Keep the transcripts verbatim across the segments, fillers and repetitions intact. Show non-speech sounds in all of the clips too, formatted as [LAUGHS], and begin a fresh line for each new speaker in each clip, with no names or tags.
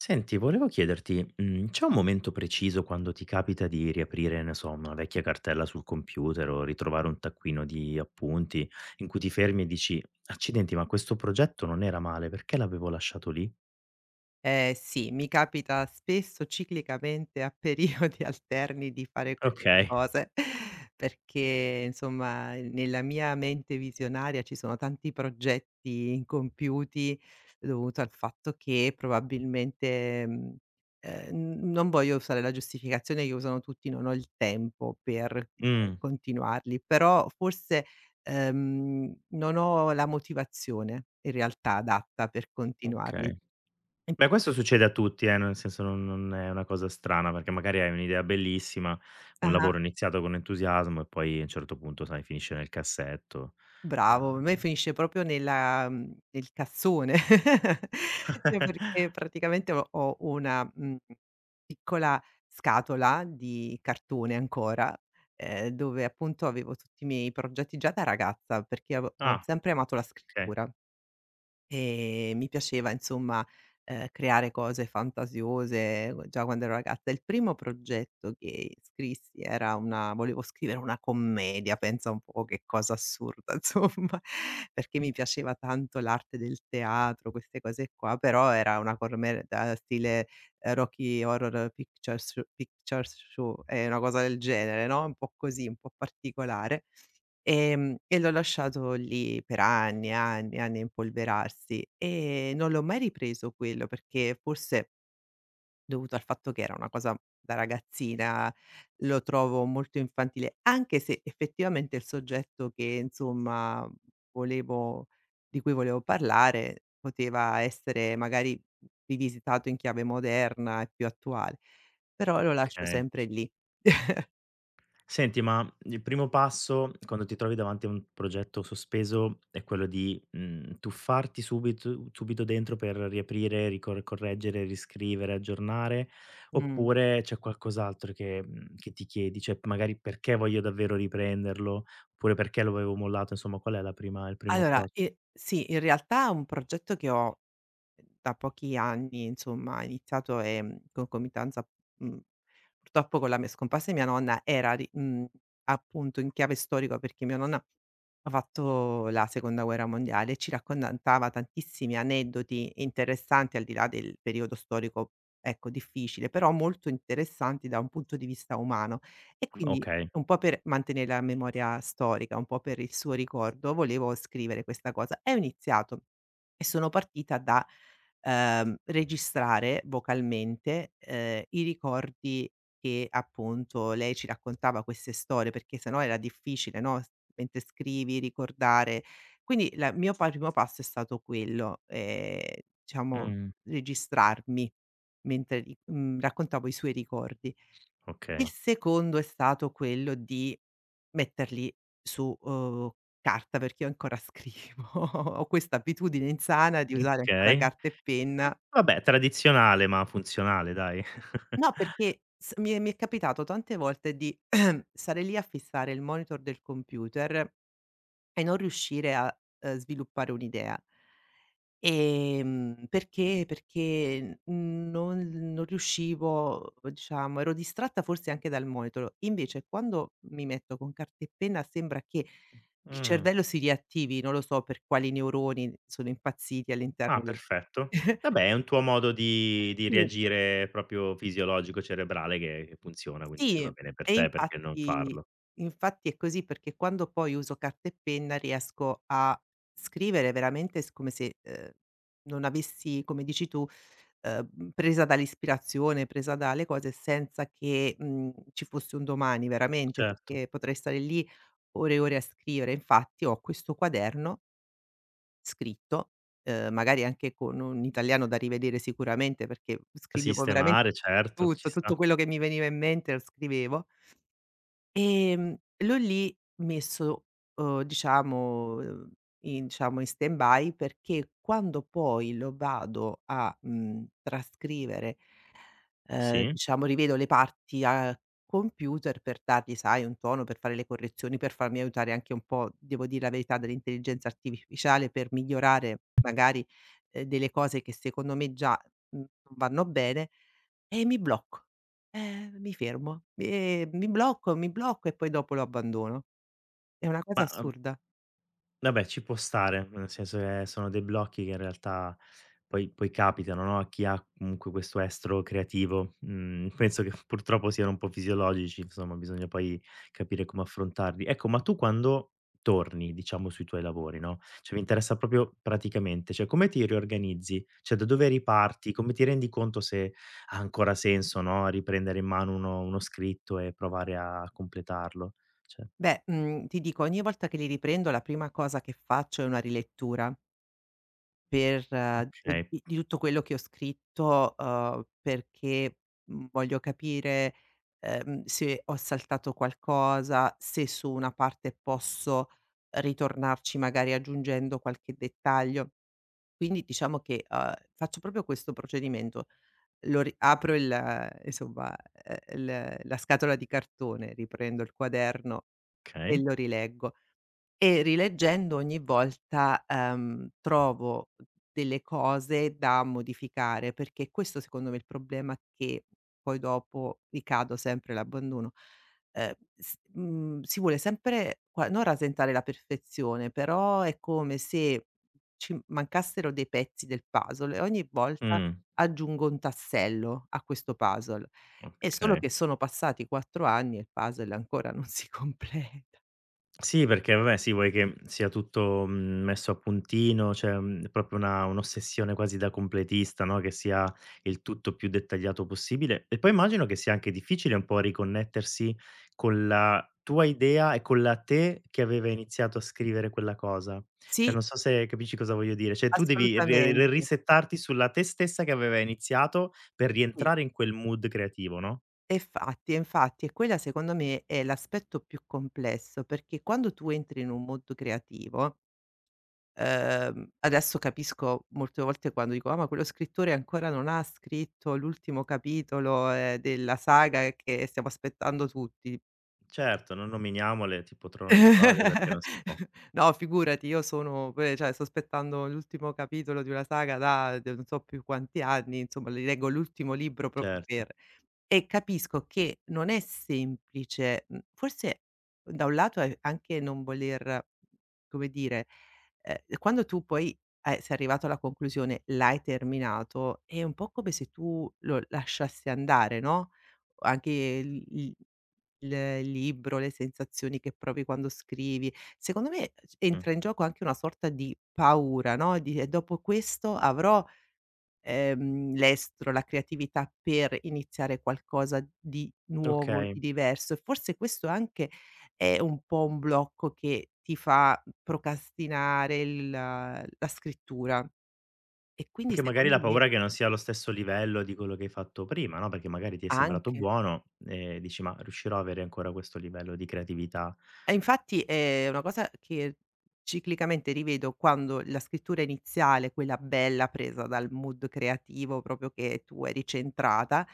Senti, volevo chiederti, mhmm, c'è un momento preciso quando ti capita di riaprire, ne so, una vecchia cartella sul computer o ritrovare un taccuino di appunti, in cui ti fermi e dici: "Accidenti, ma questo progetto non era male, perché l'avevo lasciato lì?"
Eh sì, mi capita spesso ciclicamente a periodi [LAUGHS] alterni di fare queste
Okay.
cose, [LAUGHS] perché insomma nella mia mente visionaria ci sono tanti progetti incompiuti dovuto al fatto che probabilmente, mhmm, ehm, non voglio usare la giustificazione che usano tutti: "Non ho il tempo per, ehm,
Mh,
continuarli", però forse, ehm, non ho la motivazione in realtà adatta per continuarli.
okay.
In
Beh,
par
questo succede a tutti, eh, nel senso non non è una cosa strana, perché magari hai un'idea bellissima, un
Ah-ah,
lavoro iniziato con entusiasmo e poi a un certo punto, sai, finisce nel cassetto.
bravo. A me
Ehm
finisce proprio nella mhmm, nel cassone, eh, [LAUGHS] perché
[LAUGHS]
praticamente ho ho una, mhmm, piccola scatola di cartone ancora, ehm, dove appunto avevo tutti i miei progetti già da ragazza, perché ave ho
Ah,
sempre amato la
okay,
scrittura. E mi piaceva insomma, ehm, creare cose fantasiose eh, già quando ero ragazza. Il primo progetto che scrissi era una volevo scrivere una commedia, pensa un po' che cosa assurda [LAUGHS] insomma, perché mi piaceva tanto l'arte del teatro, queste cose qua, però era una commedia stile, ehm, Rocky Horror Picture Sho Picture Show, ehm, una cosa del genere, no, un po' così, un po' particolare. Ehm, e l'ho lasciato lì per anni e anni e anni a impolverarsi e non l'ho mai ripreso quello, perché forse dovuto al fatto che era una cosa da ragazzina, lo trovo molto infantile, anche se effettivamente il soggetto che insomma volevo di cui volevo parlare poteva essere magari rivisitato in chiave moderna e più attuale, però lo lascio
okay.
sempre lì. [LAUGHS]
Senti, ma il primo passo quando ti trovi davanti a un progetto sospeso è quello di, mhmm, tuffarti subito subito dentro per riaprire, ricor correggere, riscrivere, aggiornare,
Mh.
oppure c'è qualcos'altro che mhmm, che ti chiedi? Cioè, magari perché voglio davvero riprenderlo, oppure perché lo avevo mollato, insomma qual è la prima il primo
Allora,
approccio?
ehm, sì, in realtà è un progetto che ho Ehm, da pochi anni, insomma, ha iniziato, ehm, in concomitanza, mhmm, purtroppo con la mia scomparsa di mia nonna era ri mhmm, appunto in chiave storica perché mia nonna ha fatto la seconda guerra mondiale e ci raccontava tantissimi aneddoti interessanti al di là del periodo storico, ecco, difficile, però molto interessanti da un punto di vista umano. E quindi
Okay.
un po' per mantenere la memoria storica, un po' per il suo ricordo, volevo scrivere questa cosa e ho iniziato e sono partita da ehm, registrare vocalmente, ehm, i ricordi che appunto lei ci raccontava queste storie, perché sennò era difficile, no, s mentre scrivi ricordare. Quindi la il mio pa primo passo è stato quello, ehm, diciamo
Mh.
registrarmi mentre ri mhmm, raccontavo i suoi ricordi. Il
Okay.
secondo è stato quello di metterli su, uhm, carta, perché io ancora scrivo. [LAUGHS] Ho questa abitudine insana di usare ancora
Okay.
carta e penna.
Vabbè, tradizionale ma funzionale dai.
No,
[LAUGHS]
perché s mi è mi è capitato tante volte di [CLEARS THROAT] stare lì a fissare il monitor del computer e non riuscire a, ehm, sviluppare un'idea. Ehm, perché perché non non riuscivo diciamo, ero distratta forse anche dal monitor. Invece quando mi metto con carta e penna sembra che il
Mh.
cervello si riattivi, non lo so per quali neuroni sono impazziti
Ah,
all'interno del
perfetto.
[LAUGHS]
Vabbè, è un tuo modo di di
sì.
reagire proprio fisiologico cerebrale che che funziona, quindi
Sì,
se va bene per
e
te perché non
infatti
farlo?
infatti è così perché quando poi uso carta e penna riesco a scrivere veramente s come se, ehm, non avessi, come dici tu, ehm, presa dall'ispirazione, presa dalle cose senza che, mhmm, ci fosse un domani veramente,
Certo.
perché potrei stare lì ore e ore a scrivere. Infatti ho questo quaderno scritto, ehm, magari anche con un italiano da rivedere sicuramente perché
Da
scrivevo veramente
sistemare, certo, ci
tutto, tutto
sta.
quello che mi veniva in mente lo scrivevo. Ehm, l'ho lì messo, uhm, diciamo, uhm, in diciamo in stand-by perché quando poi lo vado a, mhmm, trascrivere, ehm,
Sì?
diciamo rivedo le parti a computer per dargli, sai, un tono, per fare le correzioni, per farmi aiutare anche un po', devo dir la verità, dall'intelligenza artificiale per migliorare magari, ehm, delle cose che secondo me già, mhmm, non vanno bene e mi blocco. Ehm, mi fermo, ehm, mi blocco, mi blocco e poi dopo lo abbandono. È una cosa
Ma uhm,
assurda.
Vabbè, ci può stare, nel senso che sono dei blocchi che in realtà poi poi capitano, no, a chi ha comunque questo estro creativo. Mhmm, [LAUGHS] penso che purtroppo siano un po' fisiologici, insomma, bisogna poi capire come affrontarli. Ecco, ma tu quando torni, diciamo, sui tuoi lavori, no, cioè mi interessa proprio praticamente, cioè come ti riorganizzi? Cioè da dove riparti? Come ti rendi conto se ha ancora senso, no, riprendere in mano uno uno scritto e provare a completarlo? Cioè
Beh, mhmm, ti dico, ogni volta che li riprendo la prima cosa che faccio è una rilettura per eh,
okay,
di di tutto quello che ho scritto, uhm, perché, mhmm, voglio capire, ehm, se ho saltato qualcosa, se su una parte posso ritornarci magari aggiungendo qualche dettaglio. Quindi diciamo che, uhm, faccio proprio questo procedimento. Lo ri apro il insomma, ehm, l la scatola di cartone, riprendo il quaderno e
okay.
lo rileggo. E rileggendo ogni volta, ehm, trovo delle cose da modificare, perché questo secondo me è il problema che poi dopo ricado sempre l'abbandono. Ehm, s mhmm, si vuole sempre qua non rasentare la perfezione, però è come se ci mancassero dei pezzi del puzzle e ogni volta
Mh.
aggiungo un tassello a questo puzzle. È solo
Okay.
che sono passati quattro anni e il puzzle ancora non si [LAUGHS] completa.
Sì, perché vabbè, sì, vuoi che sia tutto, mhmm, messo a puntino, cioè, mhmm, proprio una un'ossessione quasi da completista, no, che sia il tutto più dettagliato possibile. E poi immagino che sia anche difficile un po' riconnettersi con la tua idea e con la te che aveva iniziato a scrivere quella cosa. Cioè,
Sì,
non so se capisci cosa voglio dire, cioè tu devi re re
Assolutamente.
risettarti sulla te stessa che aveva iniziato per
Sì,
rientrare in quel mood creativo, no?
e fatti e infatti, e quella secondo me è l'aspetto più complesso, perché quando tu entri in un mondo creativo, ehm, adesso capisco molte volte quando dico: "Ah, ma quello scrittore ancora non ha scritto l'ultimo capitolo, ehm, della saga che stiamo aspettando tutti".
Certo, non nominiamole tipo Trono di Spade perché non
[LAUGHS]
si può.
No, figurati, io sono pure cioè sto aspettando l'ultimo capitolo di una saga da d non so più quanti anni, insomma li leggo l'ultimo libro proprio
Certo,
per E capisco che non è semplice, mhmm, forse uhm, da un lato è anche non voler come dire, ehm, quando tu poi, ehm, sei arrivato alla conclusione, l'hai terminato, è un po' come se tu lo lasciassi andare, no, anche il il il libro, le sensazioni che provi quando scrivi. Secondo me ehm,
mh,
entra in gioco anche una sorta di paura, no, di: "E dopo questo avrò ehm, l'estro, la creatività per iniziare qualcosa di nuovo,
okay.
di diverso. E forse questo anche è un po' un blocco che ti fa procrastinare il la scrittura e quindi
Anche magari
secondo
la
me
paura che non sia allo stesso livello di quello che hai fatto prima, no, perché magari ti è sembrato
anche
buono e dici: "Ma riuscirò a avere ancora questo livello di creatività?"
E infatti è una cosa che ciclicamente rivedo quando la scrittura iniziale, quella bella presa dal mood creativo proprio che tu eri centrata,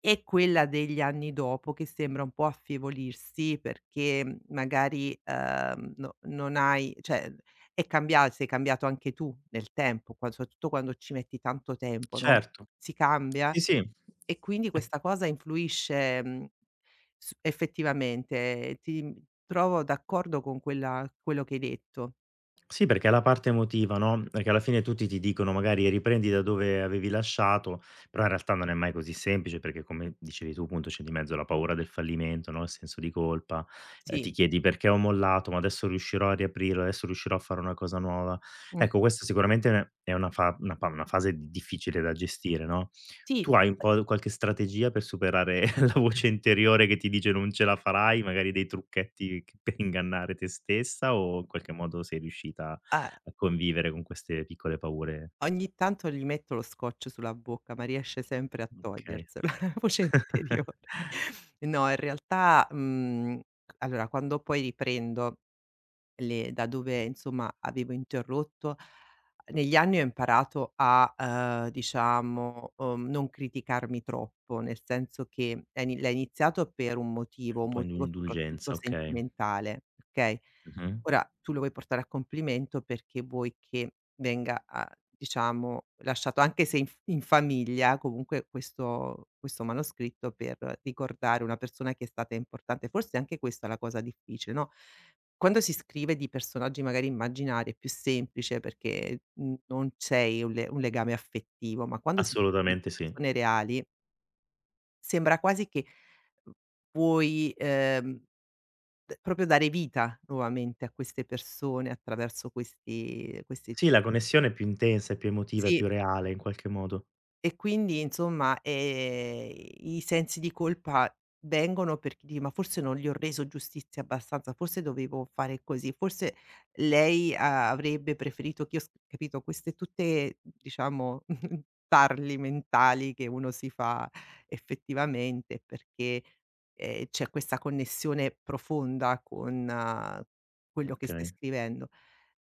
e quella degli anni dopo che sembra un po' affievolirsi perché mhmm, magari, ehm, no non hai cioè è cambia sei cambiato anche tu nel tempo, qua soprattutto quando ci metti tanto tempo, no,
Certo,
si cambia
sì, sì.
e quindi
E
questa cosa influisce, mhmm, s effettivamente, eh, ti mhmm, trovo d'accordo con quella quello che hai detto.
sì, perché è la parte emotiva, no, perché alla fine tutti ti dicono magari: "Riprendi da dove avevi lasciato", però in realtà non è mai così semplice perché come dicevi tu, appunto, c'è di mezzo la paura del fallimento, no, il senso di colpa, ehm,
Sì,
ti chiedi: "Perché ho mollato? Ma adesso riuscirò a riaprirlo? Adesso riuscirò a fare una cosa nuova?"
mh,
Ecco, questa sicuramente è una fa una pa una fase di- difficile da gestire, no?
sì,
Tu hai un po' qualche strategia per superare [LAUGHS] la voce interiore che ti dice: "Non ce la farai", magari dei trucchetti che [LAUGHS] per ingannare te stessa o in qualche modo sei riuscita
a
a convivere con queste piccole paure?
ogni tanto gli metto lo scotch sulla bocca, ma riesce sempre a
Okay.
toglierselo, [LAUGHS] la voce
[LAUGHS]
interiore. [LAUGHS] No, in realtà, mhmm, allora quando poi riprendo le da dove insomma avevo interrotto, negli anni ho imparato a, ehm, diciamo, uhm, non criticarmi troppo, nel senso che è ini l'ha iniziato per un motivo,
Un
un
po' in
motivo soprattutto
indulgenza, okay.
sentimentale, okay?
Mh-mh.
Ora tu lo vuoi portare a compimento perché vuoi che venga a diciamo lasciato anche se in f in famiglia, comunque questo questo manoscritto per ricordare una persona che è stata importante. Forse anche questa è la cosa difficile, no? Quando si scrive di personaggi magari immaginari è più semplice perché, mhmm, non c'è un le un legame affettivo, ma quando si scrive di
Assolutamente sì.
persone reali sembra quasi che uhm, vuoi, ehm, d proprio dare vita nuovamente a queste persone attraverso questi questi
Sì, la connessione è più intensa, è più emotiva, è
Sì.
più reale in qualche modo.
E quindi insomma, ehm, i sensi di colpa vengono perché dici: "Ma forse non gli ho reso giustizia abbastanza, forse dovevo fare così, forse lei a avrebbe preferito che io", s capito, queste tutte diciamo [LAUGHS] tarli mentali che uno si fa effettivamente perché, ehm, c'è questa connessione profonda con ah, quello che stai
Okay,
scrivendo.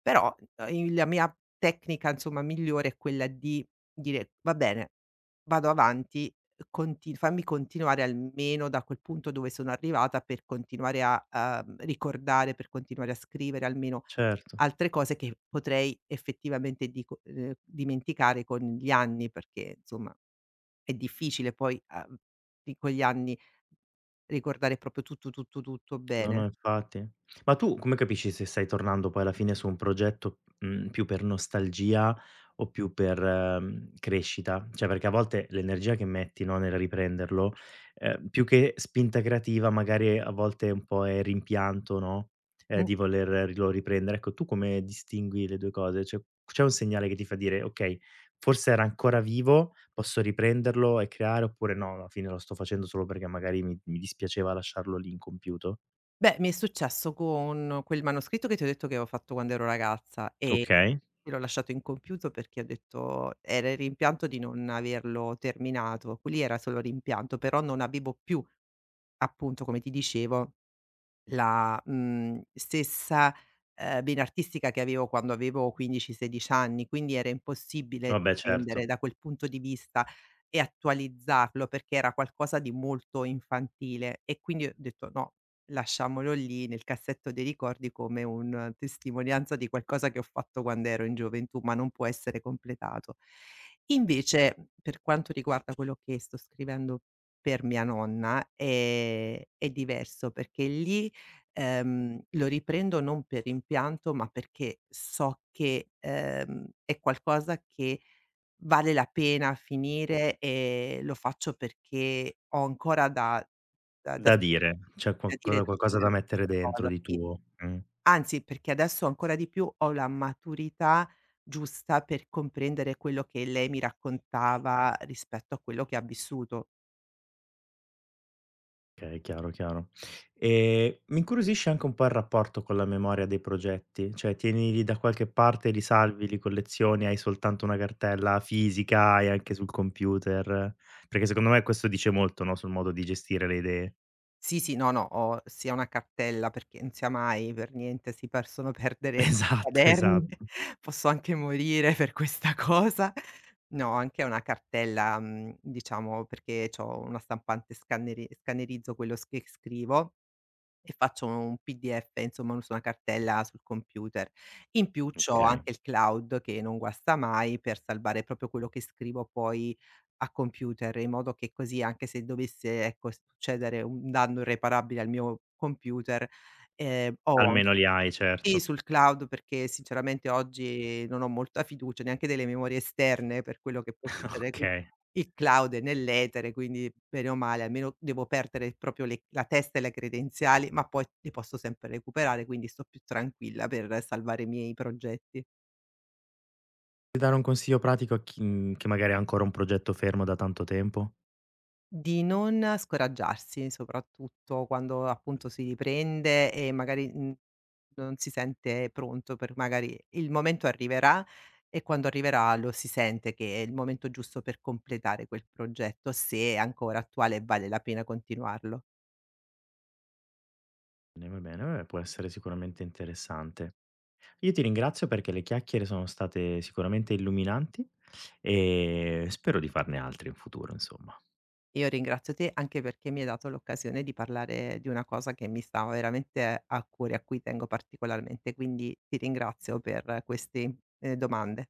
Però, uhm, i la mia tecnica insomma migliore è quella di dire: "Va bene, vado avanti, conti fammi continuare almeno da quel punto dove sono arrivata per continuare a a mhmm, ricordare, per continuare a scrivere almeno
certo.
altre cose che potrei effettivamente dico ehm, dimenticare con gli anni", perché insomma è difficile poi a di con gli anni ricordare proprio tutto, tutto, tutto
No, no,
bene.
infatti. Ma tu come capisci se stai tornando poi alla fine su un progetto, mhmm, più per nostalgia o più per, mhmm, crescita? Cioè, perché a volte l'energia che metti, no, nel riprenderlo, ehm, più che spinta creativa magari a volte un po' è rimpianto, no, ehm,
Mh.
di voler ri lo riprendere. Ecco, tu come distingui le due cose? Cioè, c'è un segnale che ti fa dire: "Okay, forse era ancora vivo, posso riprenderlo e creare", oppure: "No, alla fine lo sto facendo solo perché magari mi mi dispiaceva lasciarlo lì incompiuto"?
Beh, mi è successo con quel manoscritto che ti ho detto che avevo fatto quando ero ragazza e
Okay,
E l'ho lasciato incompiuto perché ho detto era il rimpianto di non averlo terminato, quelli era solo rimpianto, però non avevo più, appunto, come ti dicevo la, mhmm, stessa, ehm, vena artistica che avevo quando avevo quindici, sedici anni, quindi era impossibile
vabbè
riprendere
certo.
da quel punto di vista e attualizzarlo, perché era qualcosa di molto infantile e quindi ho detto: "No, lasciamolo lì nel cassetto dei ricordi come un testimonianza di qualcosa che ho fatto quando ero in gioventù, ma non può essere completato." Invece, per quanto riguarda quello che sto scrivendo per mia nonna, ehm, è diverso, perché lì Ehm, lo riprendo non per rimpianto, ma perché so che, ehm, è qualcosa che vale la pena finire e lo faccio perché ho ancora da da da
Da dire, c'è
da dire
qualcosa
da
qualcosa da
finire questa
mettere dentro
cosa,
di
sì.
tuo. Mh,
Anzi, perché adesso ancora di più ho la maturità giusta per comprendere quello che lei mi raccontava rispetto a quello che ha vissuto.
okay, chiaro, chiaro. E mi incuriosisce anche un po' il rapporto con la memoria dei progetti, cioè tienili da qualche parte, li salvi, li collezioni, hai soltanto una cartella fisica, hai anche sul computer? Perché secondo me questo dice molto, no, sul modo di gestire le idee.
Sì, sì, no, no, ho sia una cartella perché non sia mai per niente, si possono
[LAUGHS]
perdere
Esatto,
quaderni,
esatto.
[LAUGHS] posso anche morire per questa [LAUGHS] cosa. No, ho anche una cartella, mhmm, diciamo perché c'ho una stampante scanneri scannerizzo quello s che scrivo e faccio un P D F, insomma, su una cartella sul computer. In più c'ho Mh.
Okay.
anche il cloud che non guasta mai per salvare proprio quello che scrivo poi a computer, in modo che così anche se dovesse, ecco, succedere un danno irreparabile al mio computer, ehm, ho
Almeno li hai,
sì,
certo.
sul cloud perché sinceramente oggi non ho molta fiducia neanche delle memorie esterne per quello che può
[LAUGHS]
succedere.
Okay.
Il cloud è nell'etere, quindi bene o male almeno devo perdere proprio le la testa e le credenziali, ma poi le posso sempre recuperare, quindi sto più tranquilla per salvare i miei progetti.
Puoi dare un consiglio pratico a chi mhmm, che magari ha ancora un progetto fermo da tanto tempo?
Di non scoraggiarsi, soprattutto quando appunto si riprende e magari, mhmm, non si sente pronto per magari il momento arriverà e quando arriverà lo si sente che è il momento giusto per completare quel progetto, se è ancora attuale e vale la pena continuarlo.
Bene, va bene, vabbè, può essere sicuramente interessante. Io ti ringrazio perché le chiacchiere sono state sicuramente illuminanti e spero di farne altre in futuro, insomma.
Io ringrazio te anche perché mi hai dato l'occasione di parlare di una cosa che mi sta veramente a cuore, a cui tengo particolarmente, quindi ti ringrazio per queste, ehm, domande.